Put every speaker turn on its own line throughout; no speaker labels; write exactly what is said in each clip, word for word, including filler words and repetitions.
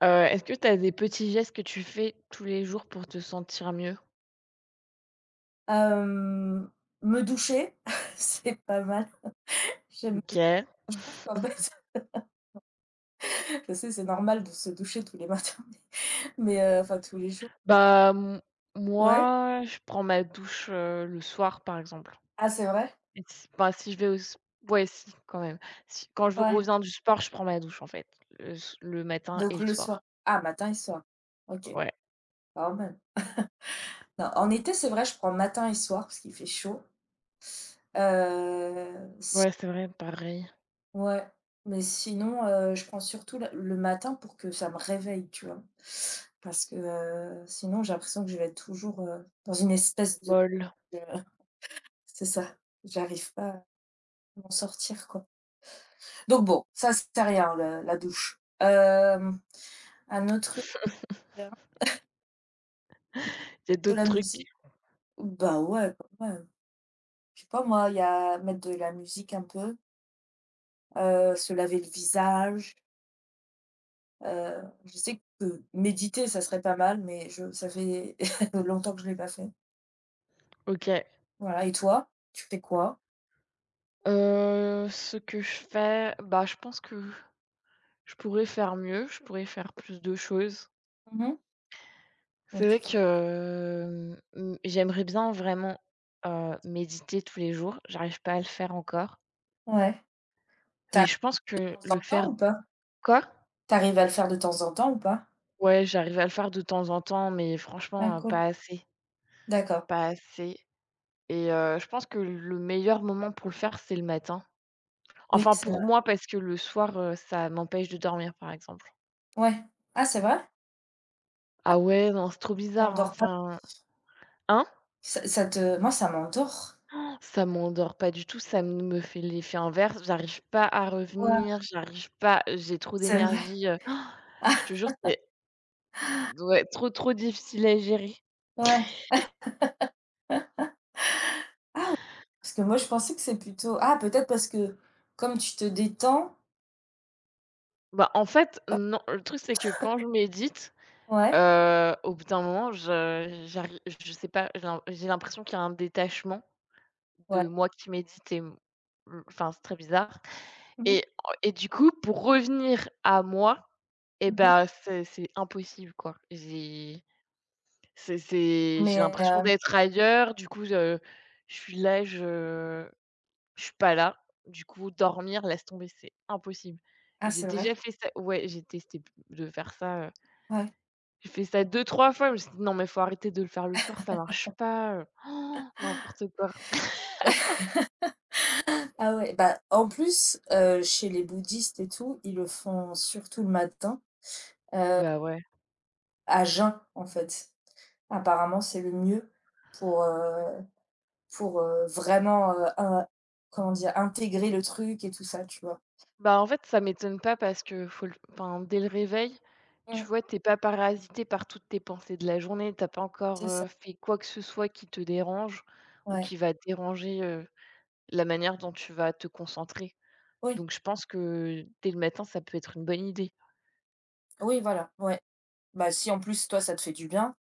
Heu, est-ce que tu as des petits gestes que tu fais tous les jours pour te sentir mieux?
Hem, me doucher, c'est pas mal. J'aime bien,
OK.
je trouve qu'en fait je sais, c'est normal de se doucher tous les matins, mais heu, enfin tous les jours.
Bah, m
Ouais?
moi, je prends ma douche, heu, le soir, par exemple.
Ah c'est vrai?
Et si bah, si je vais au s Ouais, si, quand même. Si quand je
Ouais,
reviens du sport, je prends ma douche, en fait, le s le matin et
donc
le
le soir.
soir.
Ah, matin et soir. OK,
Ouais.
pas mal. Non, en été, c'est vrai, je prends matin et soir parce qu'il fait chaud. Heu, si
Ouais, c'est vrai, pareil.
ouais, mais sinon, heu, je prends surtout la le matin pour que ça me réveille, tu vois? Parce que, heu, sinon j'ai l'impression que je vais être toujours, heu, dans une espèce de
Molle.
de c'est ça, j'arrive pas à m'en sortir, quoi. Donc bon, ça, c'est rien, le la douche. Hem, un autre truc,
Il y a
de
d'autres
la musique.
trucs?
Bah, ouais, quand même. Je sais pas moi, il y a mettre de la musique un peu, heu, se laver le visage, heu, je sais que méditer, ça serait pas mal, mais je ça fait longtemps que je l'ai pas fait.
OK.
Voilà, et toi, tu fais quoi?
Heu, ce que je fais, bah, je pense que je pourrais faire mieux, je pourrais faire plus de choses.
Mmh mh. Ouais,
C'est vrai
tu fais
que, hem, j'aimerais bien vraiment, heu, méditer tous les jours. J'arrive pas à le faire encore,
ouais. Tu
mais
arrives
je pense
de
que
temps
le
en temps
faire.
ou pas?
Quoi?
Tu arrives à le faire de temps en temps ou pas?
Ouais, j'arrive à le faire de temps en temps, mais
Ah
franchement, heu, pas
cool,
assez,
d'accord.
pas assez, et heu, je pense que le meilleur moment pour le faire, c'est le matin.
Oui,
Enfin,
c'est
pour moi, parce que le soir, heu, ça m'empêche de dormir, par exemple.
ouais. Ah, c'est vrai?
Ah ouais, non, c'est trop bizarre, hein,
T'endors pas?
enfin, hein?
Ça ça te moi, ça m'endort.
Ça m'endort pas du tout, ça m me fait l'effet inverse, j'arrive pas à
Ouais,
revenir, j'arrive pas j'ai trop
c'est vrai.
d'énergie, heu, je te jure, c'est ouais, trop, trop difficile à gérer.
Ouais, parce que moi, je pensais que c'est plutôt ah, peut-être parce que comme tu te détends
Bah, en fait, non, le truc, c'est que quand je médite,
ouais,
heu, au bout d'un moment, je j'arrive, je sais pas, j'ai l'im j'ai l'impression qu'il y a un détachement de
ouais.
moi qui médite et m enfin, c'est très bizarre.
Mmh mh.
Et et du coup, pour revenir à moi, et
Mmh.
ben c'est c'est impossible, quoi. J'ai C'est c'est J'ai
Mais
l'impression
heu
d'être ailleurs, du coup, je je suis là, je je suis pas là. Du coup, dormir, laisse tomber, c'est impossible.
ah,
J'ai
c'est vrai?
déjà fait ça, ouais, j'ai testé p de faire ça, heu,
Ouais.
j'ai fait ça deux trois fois, je me suis dit: «Non, mais faut arrêter de le faire le soir, ça marche pas, heu, Oh, n'importe quoi».
Ah ouais, bah, en plus, heu, chez les bouddhistes et tout, ils le font surtout le matin,
Bah, ouais.
à jeun, en fait. Apparemment, c'est le mieux pour, heu pour, heu, vraiment, heu, in comment dire? Intégrer le truc et tout ça, tu vois?
Bah, en fait, ça m'étonne pas parce que faut le enfin, dès le réveil, tu
Mmh,
vois, tu es pas parasité par toutes tes pensées de la journée, tu as pas encore,
c'est ça.
heu, fait quoi que ce soit qui te dérange ou
Ouais,
qui va déranger, heu la manière dont tu vas te concentrer.
oui,
Donc je pense que dès le matin, ça peut être une bonne idée.
oui, voilà, ouais. Bah, si en plus toi ça te fait du bien.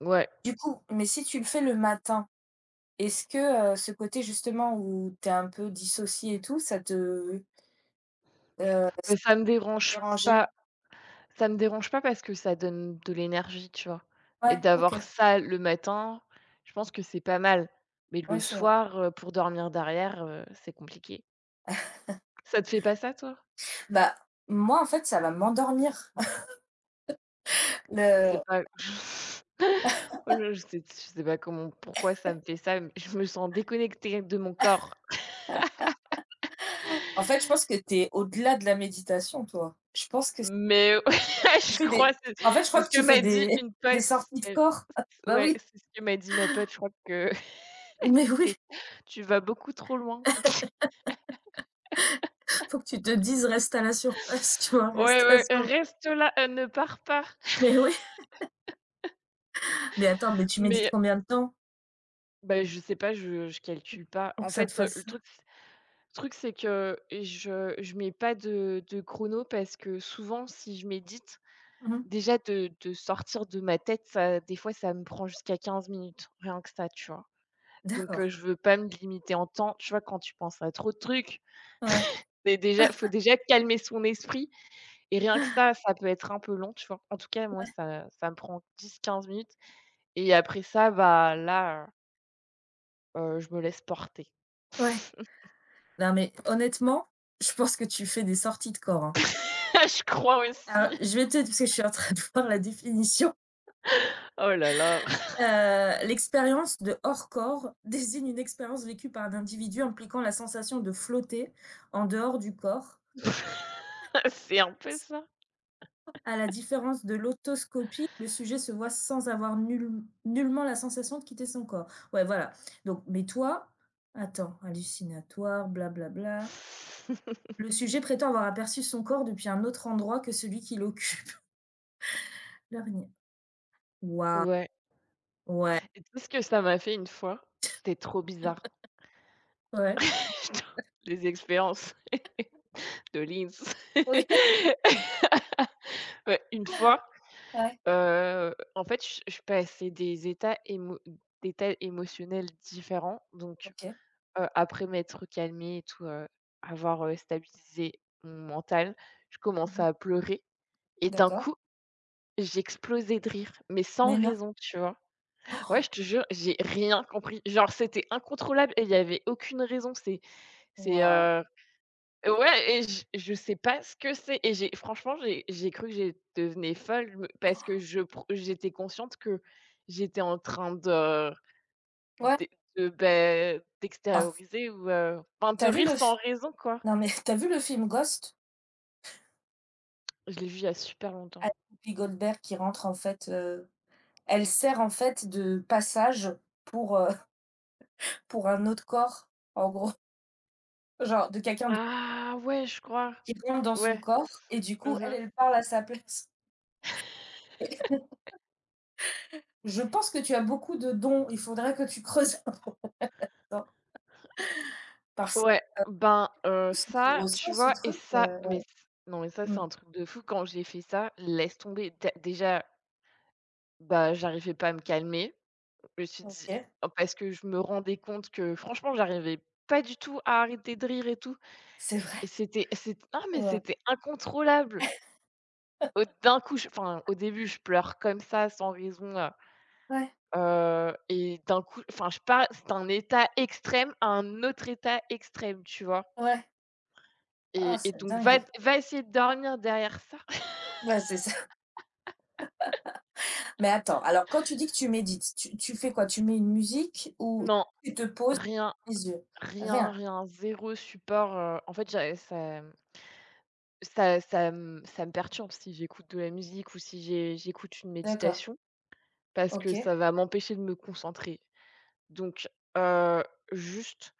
Ouais,
Du coup, mais si tu le fais le matin, est-ce que, heu, ce côté justement où tu es un peu dissocié et tout, ça te, heu, ça
mais ça me
te
dérange
dérangeait?
pas ça me dérange pas parce que ça donne de l'énergie, tu vois? Et
Ouais, OK,
d'avoir ça le matin, je pense que c'est pas mal. Mais le
ouais, c'est vrai.
soir, heu, pour dormir derrière, heu, c'est compliqué. Ça te fait pas ça toi?
Bah, moi en fait ça va m'endormir.
C'est
Le
pas. Oh là, je sais je sais pas comment, pourquoi ça me fait ça, mais je me sens déconnectée de mon corps.
en fait je pense que tu es au-delà de la méditation toi. Je pense que si
Mais
tu
je
fais
crois,
des
c'est
en fait je
c'est
crois
ce
que
que
tu fais
m'a dit
des
une
des
pote.
sorties de corps. Bah
Ouais,
oui,
c'est ce que m'a dit ma pote, je crois que
mais
tu
oui,
tu vas beaucoup trop loin.
faut que tu te dises: «Reste à la surface», tu vois?
Ouais,
Reste à la
ouais,
surface.
reste là, heu, ne pars pas.
Mais oui. Mais attends, mais tu médites
Mais
combien de temps
bah, je sais pas, je je calcule pas.
pour
En
que ça te
fait, heu, le
fasse ça?
truc le truc c'est que je je mets pas de de chrono parce que souvent, si je médite,
Mmh.
déjà, de de sortir de ma tête, ça, des fois, ça me prend jusqu'à quinze minutes, rien que ça, tu vois? Donc,
D'accord.
heu, je veux pas me limiter en temps, tu vois? Quand tu penses à trop de trucs,
Ouais,
mais déjà, faut déjà calmer son esprit. Et rien que ça, ça peut être un peu long, tu vois? En tout cas, moi,
ouais,
ça ça me prend dix quinze minutes et après ça, bah, là, heu je me laisse porter.
ouais. Non mais honnêtement, je pense que tu fais des sorties de corps, hein.
Je crois
Alors
aussi.
je vais te parce que je suis en train de voir la définition.
Oh là là,
Heu, l'expérience de hors corps désigne une expérience vécue par un individu impliquant la sensation de flotter en dehors du corps.
c'est un peu ça.
À la différence de l'autoscopie, le sujet se voit sans avoir nul nullement la sensation de quitter son corps. Ouais, voilà. Donc mais toi attends, hallucinatoire, blablabla. Le sujet prétend avoir aperçu son corps depuis un autre endroit que celui qui l'occupe. L'heurnier. Waouh!
Ouais,
Ouais,
et tu sais ce que ça m'a fait une fois? C'était trop bizarre.
ouais.
Putain,
D'accord.
les expériences de Linz.
Oui,
Ouais, une fois,
ouais,
heu, en fait, je je passais des états émo d'états émotionnels différents, donc.
OK.
Heu, après m'être calmée et tout, heu, avoir, heu, stabilisé mon mental, je
Mmh
commençais
mh.
à pleurer et, d'un
D'accord.
coup, j'ai explosé de rire, mais sans
Mais non.
raison, tu vois? Ouais,
Oh!
je te jure, j'ai rien compris. Genre, c'était incontrôlable et il y avait aucune raison. C'est c'est,
Waouh!
heu ouais, et je je sais pas ce que c'est, et j'ai franchement, j'ai j'ai cru que j'étais devenais folle, je me parce que je pr j'étais consciente que j'étais en train de
Ouais.
d'é de, ben,
Ah,
d'extérioriser ou, heu, enfin,
tu
de
as vu
rire
le
sans
f
raison, quoi.
non, mais tu as vu le film Ghost?
Je l'ai vu il y a super longtemps.
Avec Whoopi Goldberg qui rentre en fait, heu, elle sert en fait de passage pour, heu, pour un autre corps, en gros. Genre de quelqu'un de
Ah ouais, je crois.
qui rentre dans son
Ouais.
corps et du coup elle,
Mhm.
elle parle à sa place. Je pense que tu as beaucoup de dons, il faudrait que tu creuses un peu, hein, parce
Ouais,
que, heu,
ben,
en
heu,
plus, si tu
ça, tu
ressens ce
vois? Et
truc,
ça,
heu
mais c non, mais ça, c'est
mmh,
un truc de fou. Quand j'ai fait ça, laisse tomber. Dé Déjà, bah, j'arrivais pas à me calmer. Je me suis dit:
OK,
oh, parce que je me rendais compte que franchement, j'arrivais pas du tout à arrêter de rire et tout,
c'est vrai.
et c'était, c'est, ah, mais
Heu,
c'était incontrôlable. Heu, d'un coup, je enfin, au début, je pleure comme ça, sans raison.
ouais,
Heu et d'un coup, enfin, je parle, c'est un état extrême à un autre état extrême, tu vois?
ouais. Ah,
Et et
c'est
donc, va
dingue.
va essayer de dormir derrière ça.
Ouais, c'est ça. Mais attends, alors quand tu dis que tu médites, tu tu fais quoi? Tu mets une musique ou
Non,
tu te poses,
rien,
les yeux?
rien,
Rien?
rien, zéro support, heu, en fait, j'ai ça ça ça me ça me perturbe si j'écoute de la musique ou si j'ai j'écoute une
D'accord,
méditation parce que
OK.
ça va m'empêcher de me concentrer. Donc, heu, juste,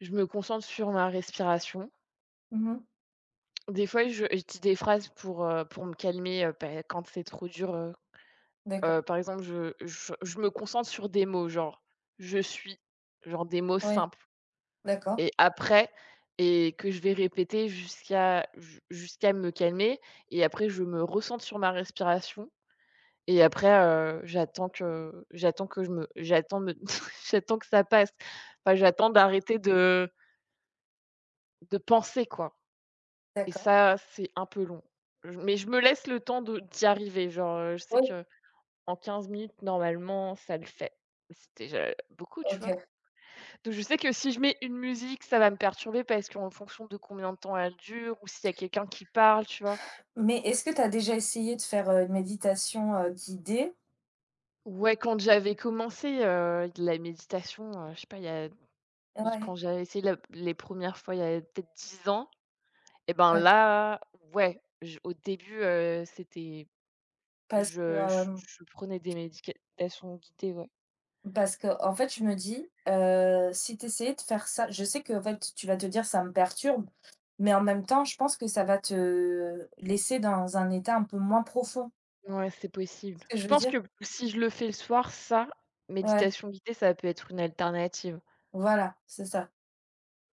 je me concentre sur ma respiration.
Mmh mh.
Des fois, je je dis des phrases pour, heu, pour me calmer, heu, bah, quand c'est trop dur.
D'accord,
Heu, par exemple, je je je me concentre sur des mots, genre: «Je suis», genre des mots
ouais,
simples,
d'accord,
et après et que je vais répéter jusqu'à ju jusqu'à me calmer, et après, je me recentre sur ma respiration, et après, heu, j'attends que j'attends que je me j'attends me j'attends que ça passe. Enfin, j'attends d'arrêter de de penser, quoi, et
d'accord.
ça, c'est un peu long. Je Mais je me laisse le temps de d'y arriver, genre, heu, je sais
Oui,
que. En quinze minutes, normalement, ça le fait. C'était déjà beaucoup, tu
OK.
vois? Donc, je sais que si je mets une musique, ça va me perturber parce qu'en fonction de combien de temps elle dure ou s'il y a quelqu'un qui parle, tu vois?
Mais est-ce que tu as déjà essayé de faire, heu, une méditation, heu, guidée?
Ouais, quand j'avais commencé, heu, la méditation, heu, je sais pas, il y a
Ouais,
quand j'avais essayé la les premières fois, il y a peut-être dix ans. Et ben
ouais,
là, ouais, je au début, heu, c'était
parce que,
je je
hem
je prenais des médicatations guidées, ouais.
parce que en fait, je me dis, heu, si tu essayais de faire ça je sais que en fait, tu vas te dire: «Ça me perturbe», mais en même temps, je pense que ça va te laisser dans un état un peu moins profond.
Ouais, c'est
Tu
possible.
ce que
Je
je veux
pense
dire?
que si je le fais le soir, ça,
Ouais,
méditation guidée, ça peut être une alternative.
voilà, c'est ça.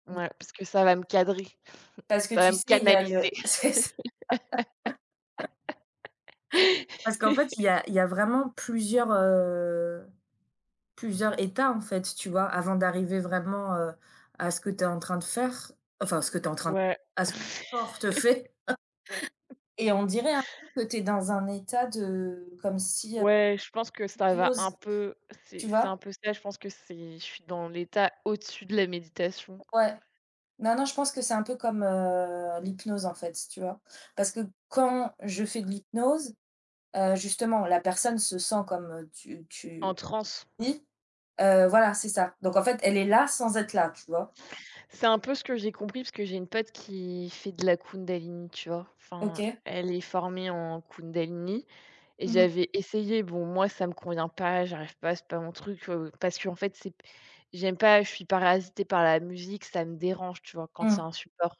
Ouais, parce que ça va me cadrer,
Parce que
ça va
tu
me
sais, il y a le
canaliser.
c'est ça. Parce qu'en fait, il y a il y a vraiment plusieurs, heu, plusieurs états, en fait, tu vois? Avant d'arriver vraiment, heu, à ce que tu es en train de faire, enfin, ce que tu es en train de
Ouais.
à ce que ton corps te fait. Et on dirait un peu que tu es dans un état de comme si, heu,
Ouais, je pense que ça va un
hypnose,
peu c'est
tu
c'est un
vois?
peu ça, je pense que c'est je suis dans l'état au-dessus de la méditation,
Ouais. Non, non, je pense que c'est un peu comme, heu, l'hypnose, en fait, tu vois? Parce que quand je fais de l'hypnose, heu, justement, la personne se sent comme, heu, tu tu
en transe.
dis. Heu, voilà, c'est ça. Donc en fait, elle est là sans être là, tu vois?
C'est
Et
un
heu
peu ce que j'ai compris parce que j'ai une pote qui fait de la Kundalini, tu vois? Enfin,
OK.
elle est formée en Kundalini. Et
Mmh mh.
j'avais essayé, bon, moi, ça me convient pas, j'arrive pas, c'est pas mon truc, heu, parce qu'en fait, c'est j'aime pas, je suis parasitée par la musique, ça me dérange, tu vois? Quand il y
Mmh.
a un support,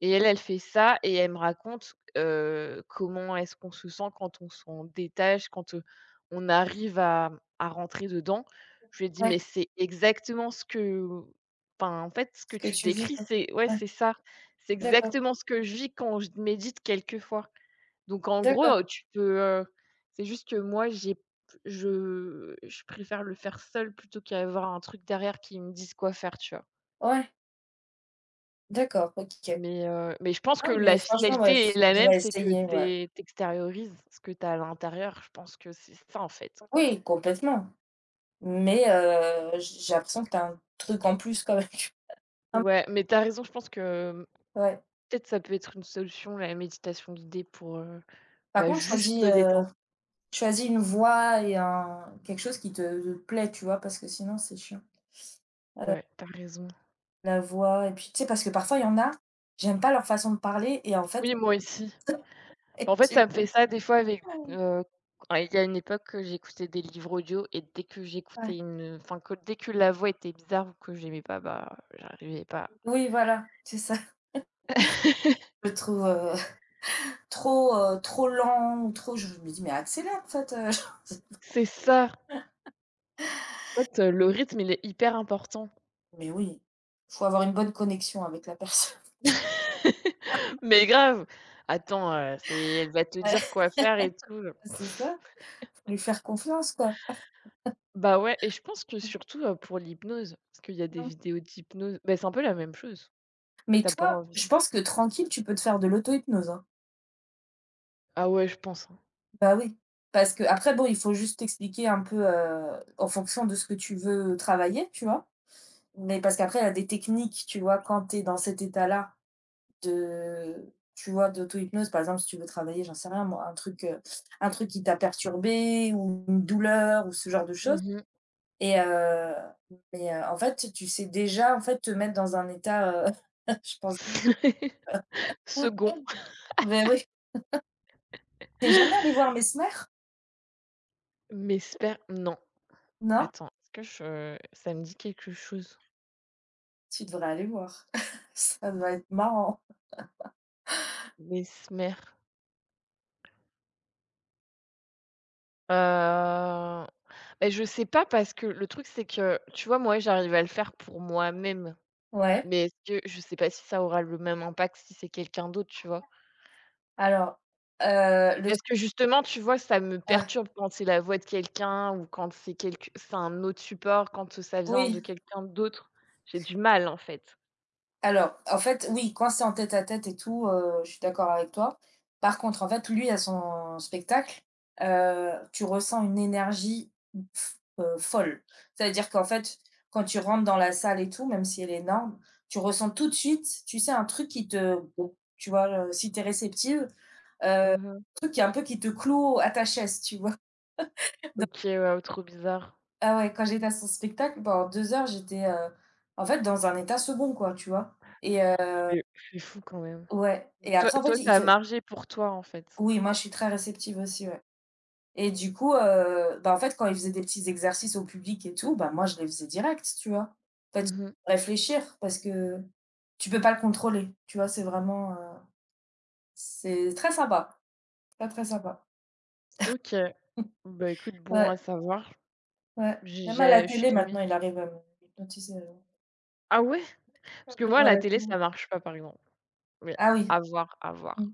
et elle, elle fait ça et elle me raconte, heu, comment est-ce qu'on se sent quand on s'en détache, quand, heu, on arrive à à rentrer dedans. Je lui ai dit: «Mais
Ouais.
c'est exactement ce que enfin, en fait, ce
Ce
que
que
tu
tu vis,
décris,
quoi.
c'est, ouais,
Ouais.
c'est ça, c'est
D'accord,
exactement ce que je vis quand je médite quelquefois». Donc, en gros,
d'accord.
heu, tu peux, heu c'est juste que moi, j'ai je je préfère le faire seul plutôt qu'à avoir un truc derrière qui me dise quoi faire, tu vois?
Ouais, d'accord, OK.
Mais heu, mais je pense que
Non mais
la
franchement, ouais,
finalité est la même,
faudrait
c'est que
essayer,
tu
ouais.
es ce que tu as à l'intérieur. Je pense que c'est ça, en fait.
Oui, complètement. Mais heu, j j'ai l'impression que tu as un truc en plus quand même. Hem,
Ouais, mais t'as raison, je pense que, mmh,
Ouais.
peut-être ça peut être une solution, la méditation guidée pour, heu,
Par
bah,
contre,
juste
choisis,
me
heu,
détendre.
choisis une voix et un quelque chose qui te te plaît, tu vois? Parce que sinon, c'est chiant.
Ouais, t'as raison.
La voix et puis tu sais, parce que parfois, il y en a, j'aime pas leur façon de parler et en fait
Oui, moi aussi.
et
En fait,
tu
ça me fait
peux
ça des fois avec, heu, il y a une époque que j'écoutais des livres audio, et dès que j'écoutais
ouais.
une enfin, que dès que la voix était bizarre ou que j'aimais pas, bah, j'arrivais pas.
Oui, voilà, c'est ça. Je le trouve, heu, trop, heu, trop lent ou trop je me dis: «Mais accélère en fait, heu». Genre c'est
C'est ça. En fait, euh, le rythme, il est hyper important.
mais oui, faut avoir une bonne connexion avec la personne.
Mais grave. Attends, heu, c'est elle va te dire
Ouais,
quoi faire et tout.
c'est ça, faut lui faire confiance quoi.
Bah, ouais, et je pense que surtout, heu, pour l'hypnose, parce qu'il y a des
Mmh mh.
vidéos d'hypnose, bah, c'est un peu la même chose.
Mais
T'as pas
toi, je
envie.
pense que tranquille, tu peux te faire de l'auto-hypnose, hein.
Ah ouais, je pense, hein.
Bah oui. Parce que après, bon, il faut juste t'expliquer un peu, heu, en fonction de ce que tu veux travailler, tu vois? Mais parce qu'après, il y a des techniques, tu vois? Quand tu es dans cet état-là de tu vois, d'auto-hypnose, par exemple, si tu veux travailler, j'en sais rien moi, un truc, heu, un truc qui t'a perturbé ou une douleur ou ce genre de choses
Mmh.
et heu, mais heu, en fait, tu sais déjà, en fait, te mettre dans un état, heu, je pense
Second.
mais oui. T'es jamais allé voir Mesmer?
Mesmer, non.
Non?
Attends, est-ce que je ça me dit quelque chose?
Tu devrais aller voir. Ça doit être marrant.
Mesmer, heu, beh, je sais pas parce que le truc, c'est que, tu vois, moi, j'arrive à le faire pour moi-même,
Ouais.
mais est-ce que je sais pas si ça aura le même impact si c'est quelqu'un d'autre, tu vois?
Alors, heu, le tru
Parce que justement, tu vois, ça me
ouais,
perturbe quand c'est la voix de quelqu'un ou quand c'est quelque c'est un autre support, quand ça vient de
oui.
quelqu'un d'autre. J'ai du mal, en fait.
Alors, en fait, oui, quand c'est en tête-à-tête et tout, heu, je suis d'accord avec toi. Par contre, en fait, lui, à son spectacle, heu, tu ressens une énergie f heu, folle. C'est-à-dire qu'en fait, quand tu rentres dans la salle et tout, même si elle est énorme, tu ressens tout de suite, tu sais, un truc qui te tu vois, heu, si tu es réceptive, heu, un
Mmh.
truc qui est un peu qui te cloue à ta chaise, tu vois?
OK, ouais, trop bizarre.
Ah ouais, quand j'étais à son spectacle, pendant deux heures, j'étais, heu, en fait, dans un état second, quoi, tu vois? Et heu
C'est c'est fou quand même.
ouais et
Toi
après, en
toi,
fait, il
ça a
fait
marché pour toi, en fait?
oui, moi, je suis très réceptive aussi, ouais et du coup, heu, bah, en fait, quand il faisait des petits exercices au public et tout, bah, moi, je les faisais direct, tu vois? En fait,
Mmh.
réfléchir parce que tu peux pas le contrôler, tu vois? C'est vraiment, heu, c'est très sympa, très, très sympa.
OK. Bah, écoute, bon à
Ouais,
savoir.
ouais,
J'ai
même à la
j'ai je suis
télé, maintenant,
jamais
il arrive à me hypnotiser, heu,
Ah ouais?
à
Parce que
me
moi, à
voir à
la
la
télé,
télé.
ça marche pas, par exemple. Mais
Ah oui.
à voir, à voir.
Mmh.